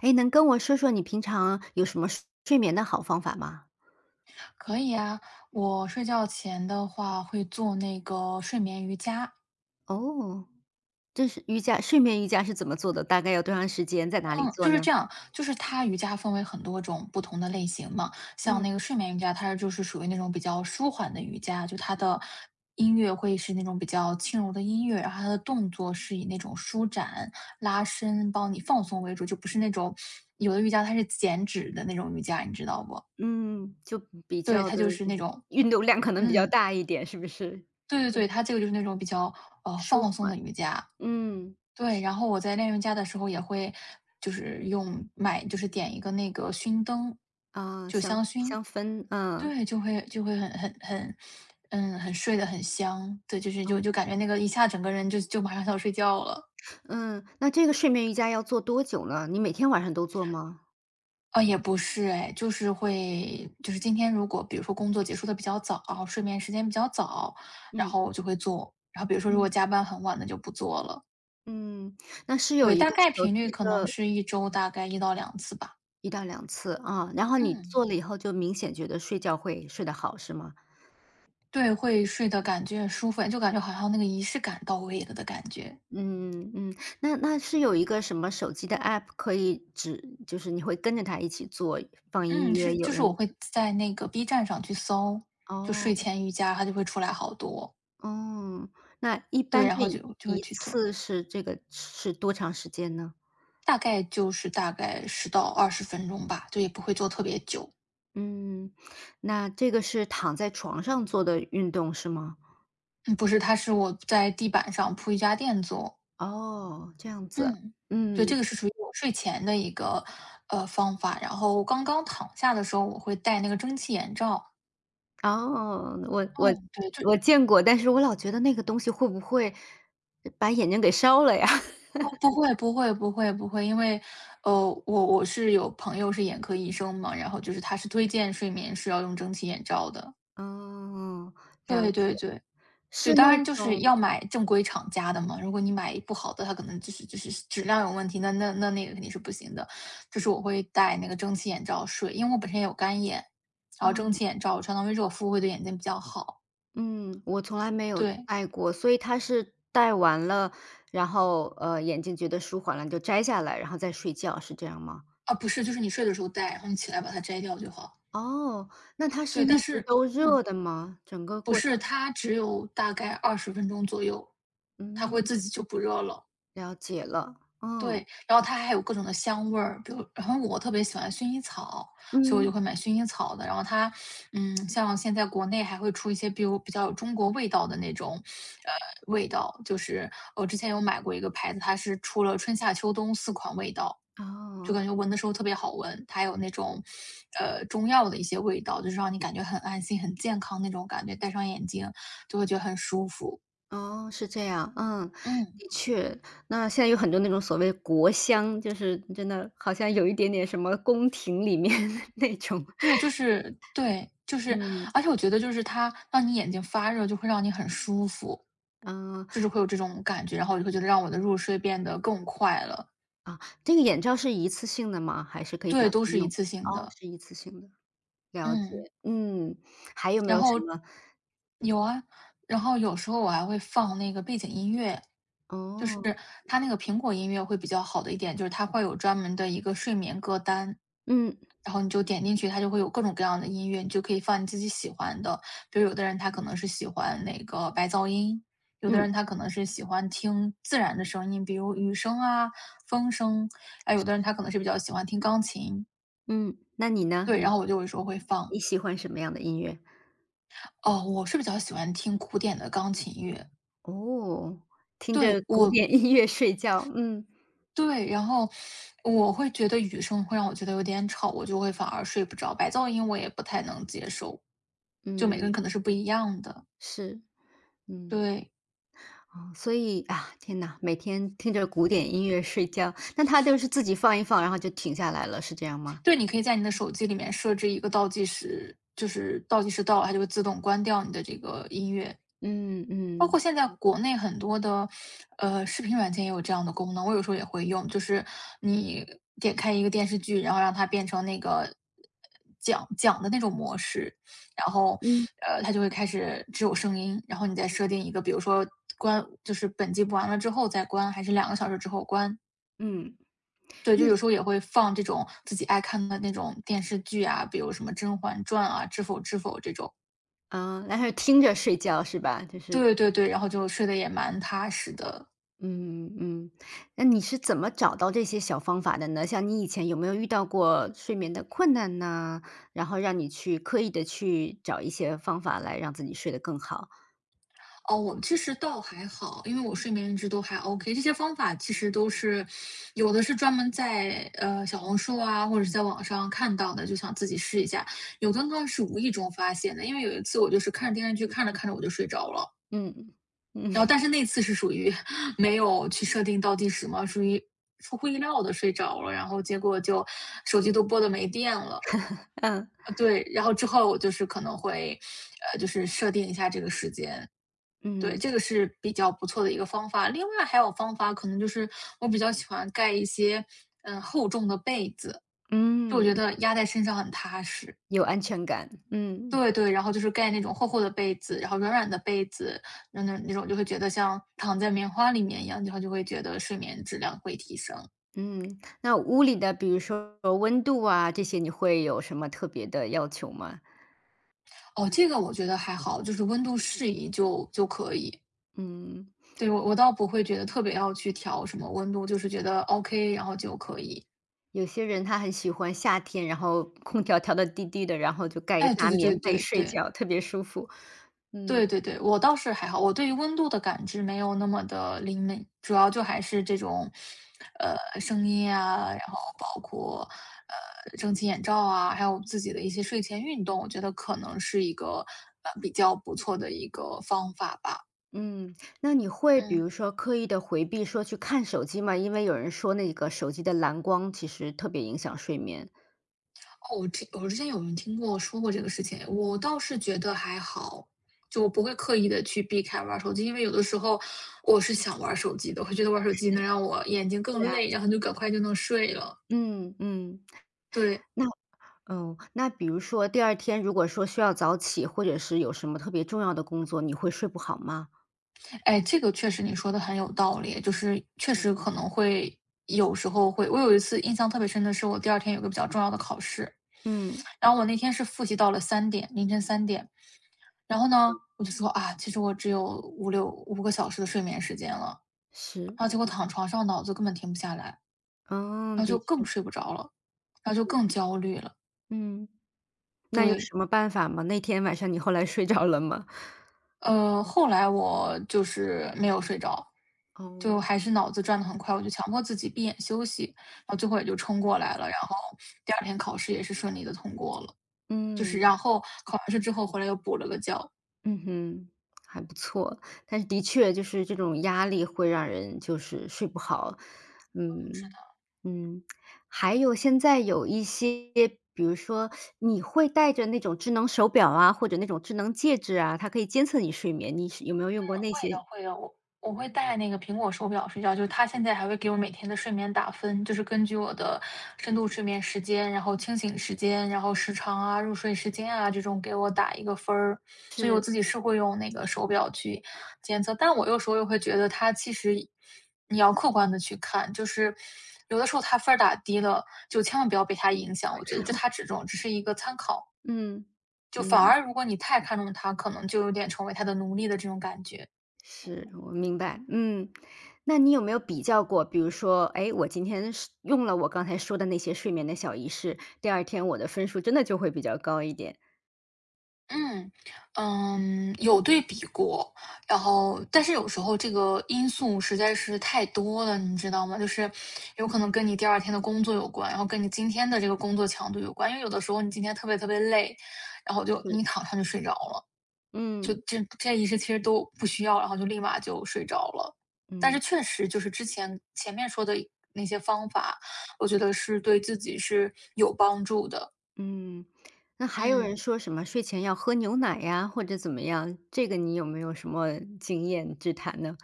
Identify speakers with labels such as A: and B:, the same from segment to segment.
A: 哎，能跟我说说你平常有什么睡眠的好方法吗？
B: 可以啊，我睡觉前的话会做那个睡眠瑜伽，
A: 哦，这是瑜伽睡眠瑜伽是怎么做的？大概要多长时间？在哪里
B: 嗯，
A: 做
B: 就是
A: 呢？
B: 这样，就是它瑜伽分为很多种不同的类型嘛。像那
A: 嗯。
B: 个睡眠瑜伽，它就是属于那种比较舒缓的瑜伽，就它的音乐会是那种比较轻柔的音乐，然后它的动作是以那种舒展、拉伸、帮你放松为主，就不是那种有的瑜伽它是减脂的那种瑜伽，你知道不？
A: 嗯，就比
B: 对，
A: 较
B: 它
A: 的
B: 就是那种。
A: 运动量可能比较
B: 嗯，
A: 大一点，是不是？
B: 对对
A: 对，
B: 对，它这个就是那种比较
A: 舒
B: 放松
A: 缓，
B: 的瑜伽。
A: 嗯。
B: 对，然后我在练瑜伽的时候也会就是用买就是点一个那个熏灯，
A: 啊，
B: 就香
A: 香
B: 薰。
A: 香氛，嗯。
B: 对，就会很很睡得很香。对，就是就
A: 哦。
B: 就感觉那个一下整个人就马上想睡觉了。
A: 嗯，那这个睡眠瑜伽要做多久呢？你每天晚上都做吗？
B: 啊，也不是哎，就是会就是今天如果比如说工作结束的比较早，睡眠时间比较早，然
A: 嗯。
B: 后我就会做，然后比如说如果
A: 嗯。
B: 加班很晚的就不做了。
A: 嗯，那是有
B: 对，
A: 一
B: 大
A: 个
B: 概
A: 手
B: 频
A: 机
B: 率可能
A: 的
B: 是一周大概一到两次吧。
A: 一到两次，啊，然后你
B: 嗯。
A: 做了以后就明显觉得睡觉会睡得好，是吗？
B: 对，会睡的感觉舒服，就感觉好像那个仪式感到位了的感觉。
A: 嗯嗯，那那是有一个什么手机的 App 可以指就是你会跟着它一起做，放音
B: 嗯，
A: 乐，
B: 是
A: 有
B: 就是我
A: 人。
B: 会在那个 B 站上去搜，就
A: 哦。
B: 睡前瑜伽，它就会出来好多。
A: 哦，那一
B: 对，
A: 般
B: 然
A: 这
B: 后就会
A: 一
B: 去做。
A: 次是这个是多长时间呢？
B: 大概就是大概10到20分钟吧，就也不会做特别久。
A: 嗯，那这个是躺在床上做的运动是吗？
B: 嗯，不是，它是我在地板上铺瑜伽垫做。
A: 哦，这样子，
B: 嗯，对，
A: 嗯。
B: 这个是属于我睡前的一个，方法。然后刚刚躺下的时候，我会戴那个蒸汽眼罩。
A: 哦，我我
B: 嗯，对，就
A: 我见过，但是我老觉得那个东西会不会把眼睛给烧了呀？
B: 哦，不会不会不会不会，因为，呃，我是有朋友是眼科医生嘛，然后就是他是推荐睡眠是要用蒸汽眼罩的。
A: 哦，了
B: 对对
A: 解，
B: 对。对，
A: 是那
B: 当然就是
A: 种
B: 要买正规厂家的嘛，如果你买不好的，它可能就是质量有问题，那个肯定是不行的。就是我会戴那个蒸汽眼罩睡，因为我本身也有干眼，然后
A: 啊，
B: 蒸汽眼罩我相当于热敷会对眼睛比较好。
A: 嗯，我从来没有
B: 对，
A: 戴过，所以它是戴完了，然后眼睛觉得舒缓了，你就摘下来，然后再睡觉，是这样吗？
B: 啊，不是，就是你睡的时候戴，然后你起来把它摘掉就好。
A: 哦，那它是
B: 对，但
A: 一直
B: 是
A: 都
B: 嗯。
A: 热的吗？整个
B: 不
A: 过，
B: 是，它只有大概二十分钟左右，它会
A: 嗯，
B: 自己就不热了。
A: 了解了，嗯
B: 对，然后它还有各种的香味儿，比如然后我特别喜欢薰衣草，所以我就
A: 嗯。
B: 会买薰衣草的。然后它，像现在国内还会出一些比如比较有中国味道的那种，呃，味道，就是我之前有买过一个牌子，它是出了春夏秋冬四款味道。就
A: 哦。
B: 感觉闻的时候特别好闻，它有那种，中药的一些味道，就是让你感觉很安心、很健康那种感觉，戴上眼镜就会觉得很舒服。
A: 哦，是这样，嗯，
B: 嗯，
A: 的确。那现在有很多那种所谓国香，就是真的好像有一点点什么宫廷里面 那种，
B: 对，就是对，就是
A: 嗯，
B: 而且我觉得就是它让你眼睛发热，就会让你很舒服。
A: 嗯。
B: 就是会有这种感觉，然后我就会觉得让我的入睡变得更快了。
A: 啊，这个眼罩是一次性的吗？还是可以
B: 对，
A: 反
B: 都
A: 复
B: 是一
A: 用？
B: 次性
A: 哦，
B: 的。
A: 是一次性的，了解，
B: 嗯。
A: 嗯。还有没
B: 然
A: 有
B: 后
A: 什么？
B: 有啊，然后有时候我还会放那个背景音乐，就是
A: 哦。
B: 它那个苹果音乐会比较好的一点，就是它会有专门的一个睡眠歌单，
A: 嗯
B: 然后你就点进去，它就会有各种各样的音乐，你就可以放你自己喜欢的。比如有的人他可能是喜欢那个白噪音，有的
A: 嗯
B: 人他可能是喜欢听自然的声音，比如雨声啊、风声。哎，有的人他可能是比较喜欢听钢琴。
A: 嗯，那你呢？
B: 对，然
A: 你
B: 后我就有时候会放。
A: 你喜欢什么样的音乐？
B: 哦，我是比较喜欢听古典的钢琴乐。
A: 哦，听
B: 对，
A: 着古
B: 我
A: 典音乐睡觉，嗯
B: 对，然后我会觉得雨声会让我觉得有点吵，我就会反而睡不着。白噪音我也不太能接受，就每个
A: 嗯，
B: 人可能是不一样的。
A: 是，嗯。
B: 对，
A: 哦所以啊，天呐，每天听着古典音乐睡觉，那他就是自己放一放，然后就停下来了，是这样吗？
B: 对，你可以在你的手机里面设置一个倒计时，就是倒计时到了，它就会自动关掉你的这个音乐。
A: 嗯
B: 包括
A: 嗯。
B: 现在国内很多的，视频软件也有这样的功能，我有时候也会用。就是你点开一个电视剧，然后让它变成那个讲讲的那种模式，然后，
A: 嗯
B: 它就会开始只有声音，然后你再设定一个，比如说关就是本季播完了之后再关，还是两个小时之后关。
A: 嗯。
B: 对，就有时候也会放这种自己爱看的那种电视剧啊，比如什么《甄嬛传》啊、《知否知否》这种。
A: 啊，然后听着睡觉是吧？就是，
B: 对对对，然后就睡得也蛮踏实的。
A: 嗯嗯，那你是怎么找到这些小方法的呢？像你以前有没有遇到过睡眠的困难呢？然后让你去刻意的去找一些方法来让自己睡得更好？
B: 哦，我其实倒还好，因为我睡眠一直都还 OK。这些方法其实都是有的是专门在，小红书啊，或者是在网上看到的，就想自己试一下。有的呢是无意中发现的，因为有一次我就是看着电视剧，看着看着我就睡着了。
A: 嗯嗯
B: 然后 但是那次是属于 没有去设定倒计时嘛，属于出乎意料的睡着了，然后结果就手机都播的没电了。
A: 嗯
B: 对，然后之后我就是可能会，就是设定一下这个时间。对，
A: 嗯
B: 这个是比较不错的一个方法。另外还有方法，可能就是我比较喜欢盖一些，厚重的被子，就我
A: 嗯，
B: 觉得压在身上很踏实。
A: 有安全感，嗯。
B: 对对，然后就是盖那种厚厚的被子，然后软软的被子，那种就会觉得像躺在棉花里面一样，然后就会觉得睡眠质量会提升。
A: 嗯，那屋里的比如说温度啊，这些你会有什么特别的要求吗？
B: 哦，这个我觉得还好，就是温度适宜就可以。
A: 嗯。
B: 对，我倒不会觉得特别要去调什么温度，就是觉得 OK,然后就可以。
A: 有些人他很喜欢夏天，然后空调调的低低的，然后就盖个
B: 哎，对
A: 大
B: 对对
A: 棉被
B: 对
A: 睡
B: 对。
A: 觉，特别舒服。嗯
B: 对对对，我倒是还好，我对于温度的感知没有那么的灵敏，主要就还是这种，声音啊，然后包括，蒸汽眼罩啊，还有自己的一些睡前运动，我觉得可能是一个，比较不错的一个方法吧。
A: 嗯，那你会比
B: 嗯，
A: 如说刻意的回避说去看手机吗？因为有人说那个手机的蓝光其实特别影响睡眠。
B: 哦，我听我之前有人听过说过这个事情，我倒是觉得还好，就我不会刻意的去避开玩手机，因为有的时候我是想玩手机的，我会觉得玩手机能让我眼睛更
A: 是啊。
B: 累，然后就赶快就能睡了。
A: 嗯嗯，
B: 对，
A: 那哦，那比如说第二天如果说需要早起，或者是有什么特别重要的工作，你会睡不好吗？
B: 哎，这个确实你说的很有道理，就是确实可能会有时候会我有一次印象特别深的是，我第二天有个比较重要的考试，
A: 嗯，
B: 然后我那天是复习到了三点，凌晨三点。然后呢，我就说："啊，其实我只有五六五个小时的睡眠时间了。"
A: 是，
B: 然后结果躺床上脑子根本停不下来，
A: 嗯，
B: 然后
A: 的
B: 就更
A: 确，
B: 睡不着了，然后就更焦虑了。
A: 嗯，那有
B: 对。
A: 什么办法吗？那天晚上你后来睡着了吗？
B: 后来我就是没有睡着，就
A: 哦。
B: 还是脑子转得很快，我就强迫自己闭眼休息，然后最后也就冲过来了。然后第二天考试也是顺利的通过了，就是
A: 嗯。
B: 然后考完试之后回来又补了个觉。
A: 嗯哼，还不错，但是的确就是这种压力会让人就是睡不好，
B: 嗯，是
A: 嗯。
B: 的。
A: 嗯，还有现在有一些，比如说你会带着那种智能手表啊，或者那种智能戒指啊，它可以监测你睡眠，你是有没有用过那
B: 会的
A: 些？
B: 会的，我会带那个苹果手表睡觉，就是它现在还会给我每天的睡眠打分，就是根据我的深度睡眠时间，然后清醒时间，然后时长啊、入睡时间啊这种给我打一个分儿。所以我
A: 是，
B: 自己是会用那个手表去监测，但我有时候又会觉得它其实你要客观的去看，就是有的时候它分儿打低了，就千万不要被它影响，我觉得就它只是一个参考，
A: 嗯，
B: 就反
A: 嗯。
B: 而如果你太看重它，可能就有点成为它的奴隶的这种感觉。
A: 是，我明白，嗯。那你有没有比较过，比如说，哎，我今天是用了我刚才说的那些睡眠的小仪式，第二天我的分数真的就会比较高一点。
B: 嗯，有对比过，然后但是有时候这个因素实在是太多了，你知道吗？就是有可能跟你第二天的工作有关，然后跟你今天的这个工作强度有关，因为有的时候你今天特别特别累，然后就
A: 是。
B: 你躺上就睡着了，就
A: 嗯。
B: 这一切其实都不需要，然后就立马就睡着了。但是
A: 嗯。
B: 确实就是前面说的那些方法，我觉得是对自己是有帮助的。
A: 嗯。那还有人
B: 嗯。
A: 说什么睡前要喝牛奶呀，或者怎么样，这个你有没有什么经验之谈呢？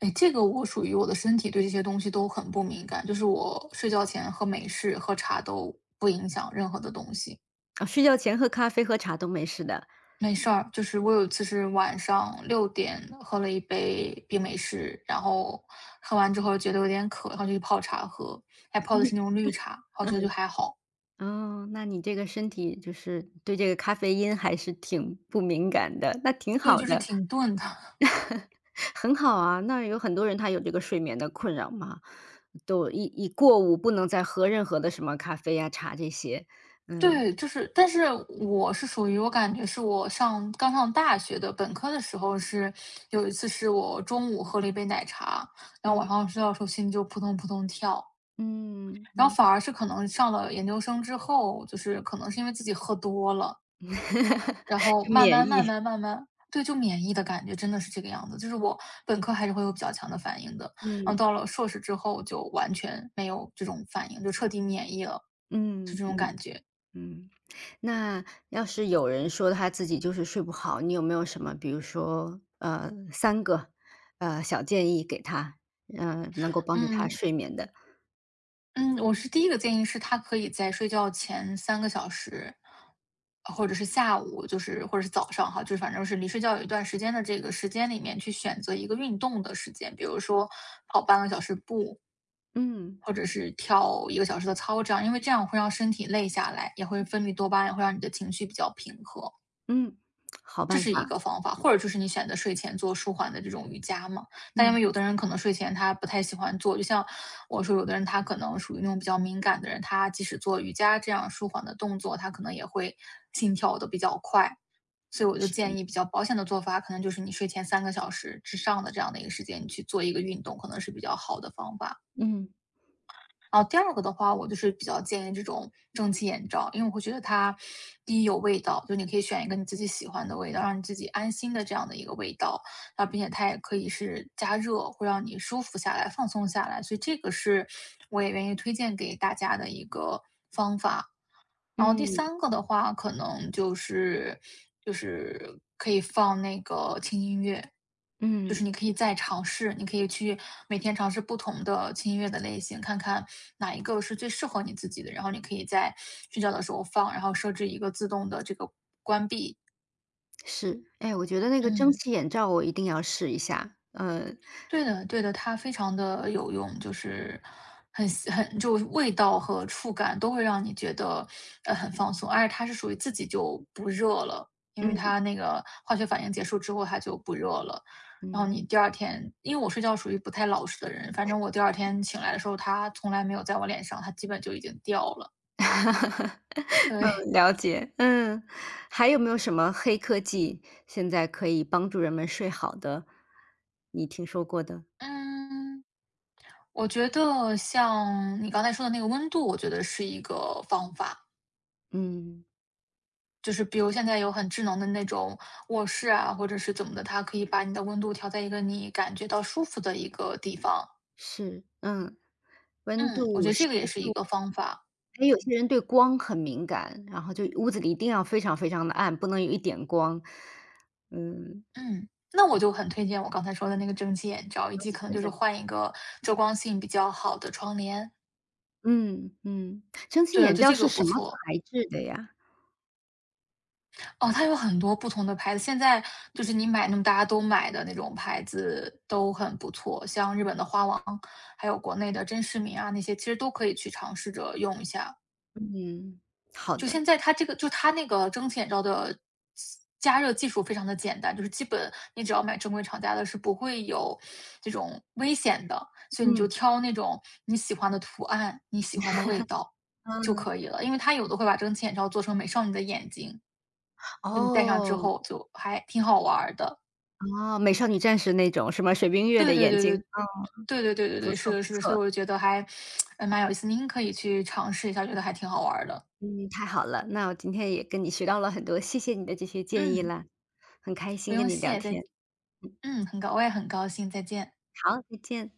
B: 哎，这个我属于我的身体对这些东西都很不敏感，就是我睡觉前喝美式、喝茶都不影响任何的东西，
A: 啊，睡觉前喝咖啡、喝茶都没事的。
B: 没事儿。就是我有一次是晚上6点喝了一杯冰美式，然后喝完之后觉得有点渴，然后就去泡茶喝，还泡的是那种绿茶，我觉得就还好。
A: 哦，那你这个身体就是对这个咖啡因还是挺不敏感的，那挺
B: 对，
A: 好
B: 就是
A: 的。
B: 挺钝的。
A: 很好啊，那有很多人他有这个睡眠的困扰嘛，都过午不能再喝任何的什么咖啡呀、茶这些。
B: 对，就是，但是我是属于我感觉是刚上大学的本科的时候是，有一次是我中午喝了一杯奶茶，然后
A: 嗯
B: 晚上睡觉的时候心就扑通扑通跳，
A: 嗯
B: 然后
A: 嗯，
B: 反而是可能上了研究生之后，就是可能是因为自己喝多了，然 后
A: 就
B: 慢
A: 免
B: 慢慢
A: 疫。
B: 慢慢慢，对，就免疫的感觉真的是这个样子，就是我本科还是会有比较强的反应的，然后
A: 嗯
B: 到了硕士之后就完全没有这种反应，就彻底免疫了，就这
A: 嗯
B: 种
A: 嗯
B: 感觉，
A: 嗯。那要是有人说他自己就是睡不好，你有没有什么，比如说三个小建议给他，能够帮助他
B: 嗯。
A: 睡眠的？
B: 嗯，我是第一个建议是他可以在睡觉前三个小时，或者是下午，就是或者是早上哈，就是反正是离睡觉有一段时间的这个时间里面去选择一个运动的时间，比如说跑半个小时步，
A: 嗯
B: 或者是跳1个小时的操这样，因为这样会让身体累下来，也会分泌多巴胺，会让你的情绪比较平和。
A: 嗯，好
B: 这
A: 办
B: 是一
A: 法。
B: 个方法，或者就是你选择睡前做舒缓的这种瑜伽嘛。但因
A: 嗯，
B: 为有的人可能睡前他不太喜欢做，就像我说有的人他可能属于那种比较敏感的人，他即使做瑜伽这样舒缓的动作，他可能也会心跳的比较快。所以我就
A: 是，
B: 建议比较保险的做法，可能就是你睡前三个小时之上的这样的一个时间，你去做一个运动，可能是比较好的方法。
A: 嗯
B: 然后第二个的话，我就是比较建议这种蒸汽眼罩，因为我会觉得它第一有味道，就你可以选一个你自己喜欢的味道，让你自己安心的这样的一个味道，然后并且它也可以是加热，会让你舒服下来、放松下来，所以这个是我也愿意推荐给大家的一个方法。然后第
A: 嗯
B: 三个的话，可能就是可以放那个轻音乐，就是
A: 嗯。
B: 你可以再尝试，你可以去每天尝试不同的轻音乐的类型，看看哪一个是最适合你自己的，然后你可以在睡觉的时候放，然后设置一个自动的这个关闭。
A: 是，哎，我觉得那个蒸
B: 嗯。
A: 汽眼罩我一定要试一下。
B: 对的，对的，它非常的有用，就是很吸很就味道和触感都会让你觉得，很放松，而且它是属于自己就不热了，因为
A: 嗯
B: 它那个化学反应结束之后它就不热了。然后
A: 嗯，
B: 你第二天因为我睡觉属于不太老实的人，反正我第二天醒来的时候，它从来没有在我脸上，它基本就已经掉了，对。
A: 嗯，了解，嗯。还有没有什么黑科技现在可以帮助人们睡好的，你听说过的？
B: 嗯，我觉得像你刚才说的那个温度，我觉得是一个方法。
A: 嗯，
B: 就是比如现在有很智能的那种卧室啊，或者是怎么的，它可以把你的温度调在一个你感觉到舒服的一个地方。
A: 是，嗯，温
B: 嗯，我觉
A: 度、
B: 得这
A: 湿
B: 个也是一
A: 度。
B: 个方法。
A: 还有些人对光很敏感，然后就屋子里一定要非常非常的暗，不能有一点光。嗯，
B: 嗯，那我就很推荐我刚才说的那个蒸汽眼罩，以
A: 蒸
B: 及
A: 汽
B: 可能
A: 眼
B: 就是
A: 罩，
B: 换一个遮光性比较好的窗帘。
A: 嗯嗯，蒸汽
B: 对，我觉
A: 眼
B: 得
A: 罩
B: 这个
A: 是
B: 不
A: 什么
B: 错。
A: 材质的呀？
B: 哦，它有很多不同的牌子，现在就是你买那么大家都买的那种牌子都很不错，像日本的花王，还有国内的真视明啊那些，其实都可以去尝试着用一下。
A: 嗯，好
B: 就
A: 的，
B: 现在它这个就它那个蒸汽眼罩的加热技术非常的简单，就是基本你只要买正规厂家的，是不会有这种危险的，所以你就
A: 嗯，
B: 挑那种你喜欢的图案、你喜欢的味道就
A: 嗯。
B: 可以了。因为它有的会把蒸汽眼罩做成美少女的眼睛，就你戴上之
A: 哦。
B: 后就还挺好玩的。
A: 哦，美少女战士那种什么水冰月
B: 对
A: 的
B: 对
A: 眼
B: 对
A: 睛，
B: 对，
A: 嗯，
B: 对对对对
A: 不
B: 对，是
A: 错不
B: 的，是的，所以
A: 错，
B: 我就觉得还，蛮有意思，您可以去尝试一下，觉得还挺好玩的。
A: 嗯，太好了，那我今天也跟你学到了很多，谢谢你的这些建议
B: 嗯，
A: 啦，很开
B: 不
A: 心
B: 用
A: 跟你聊
B: 谢，再
A: 天，
B: 嗯，很高，我也很高兴，再见。
A: 好，再见。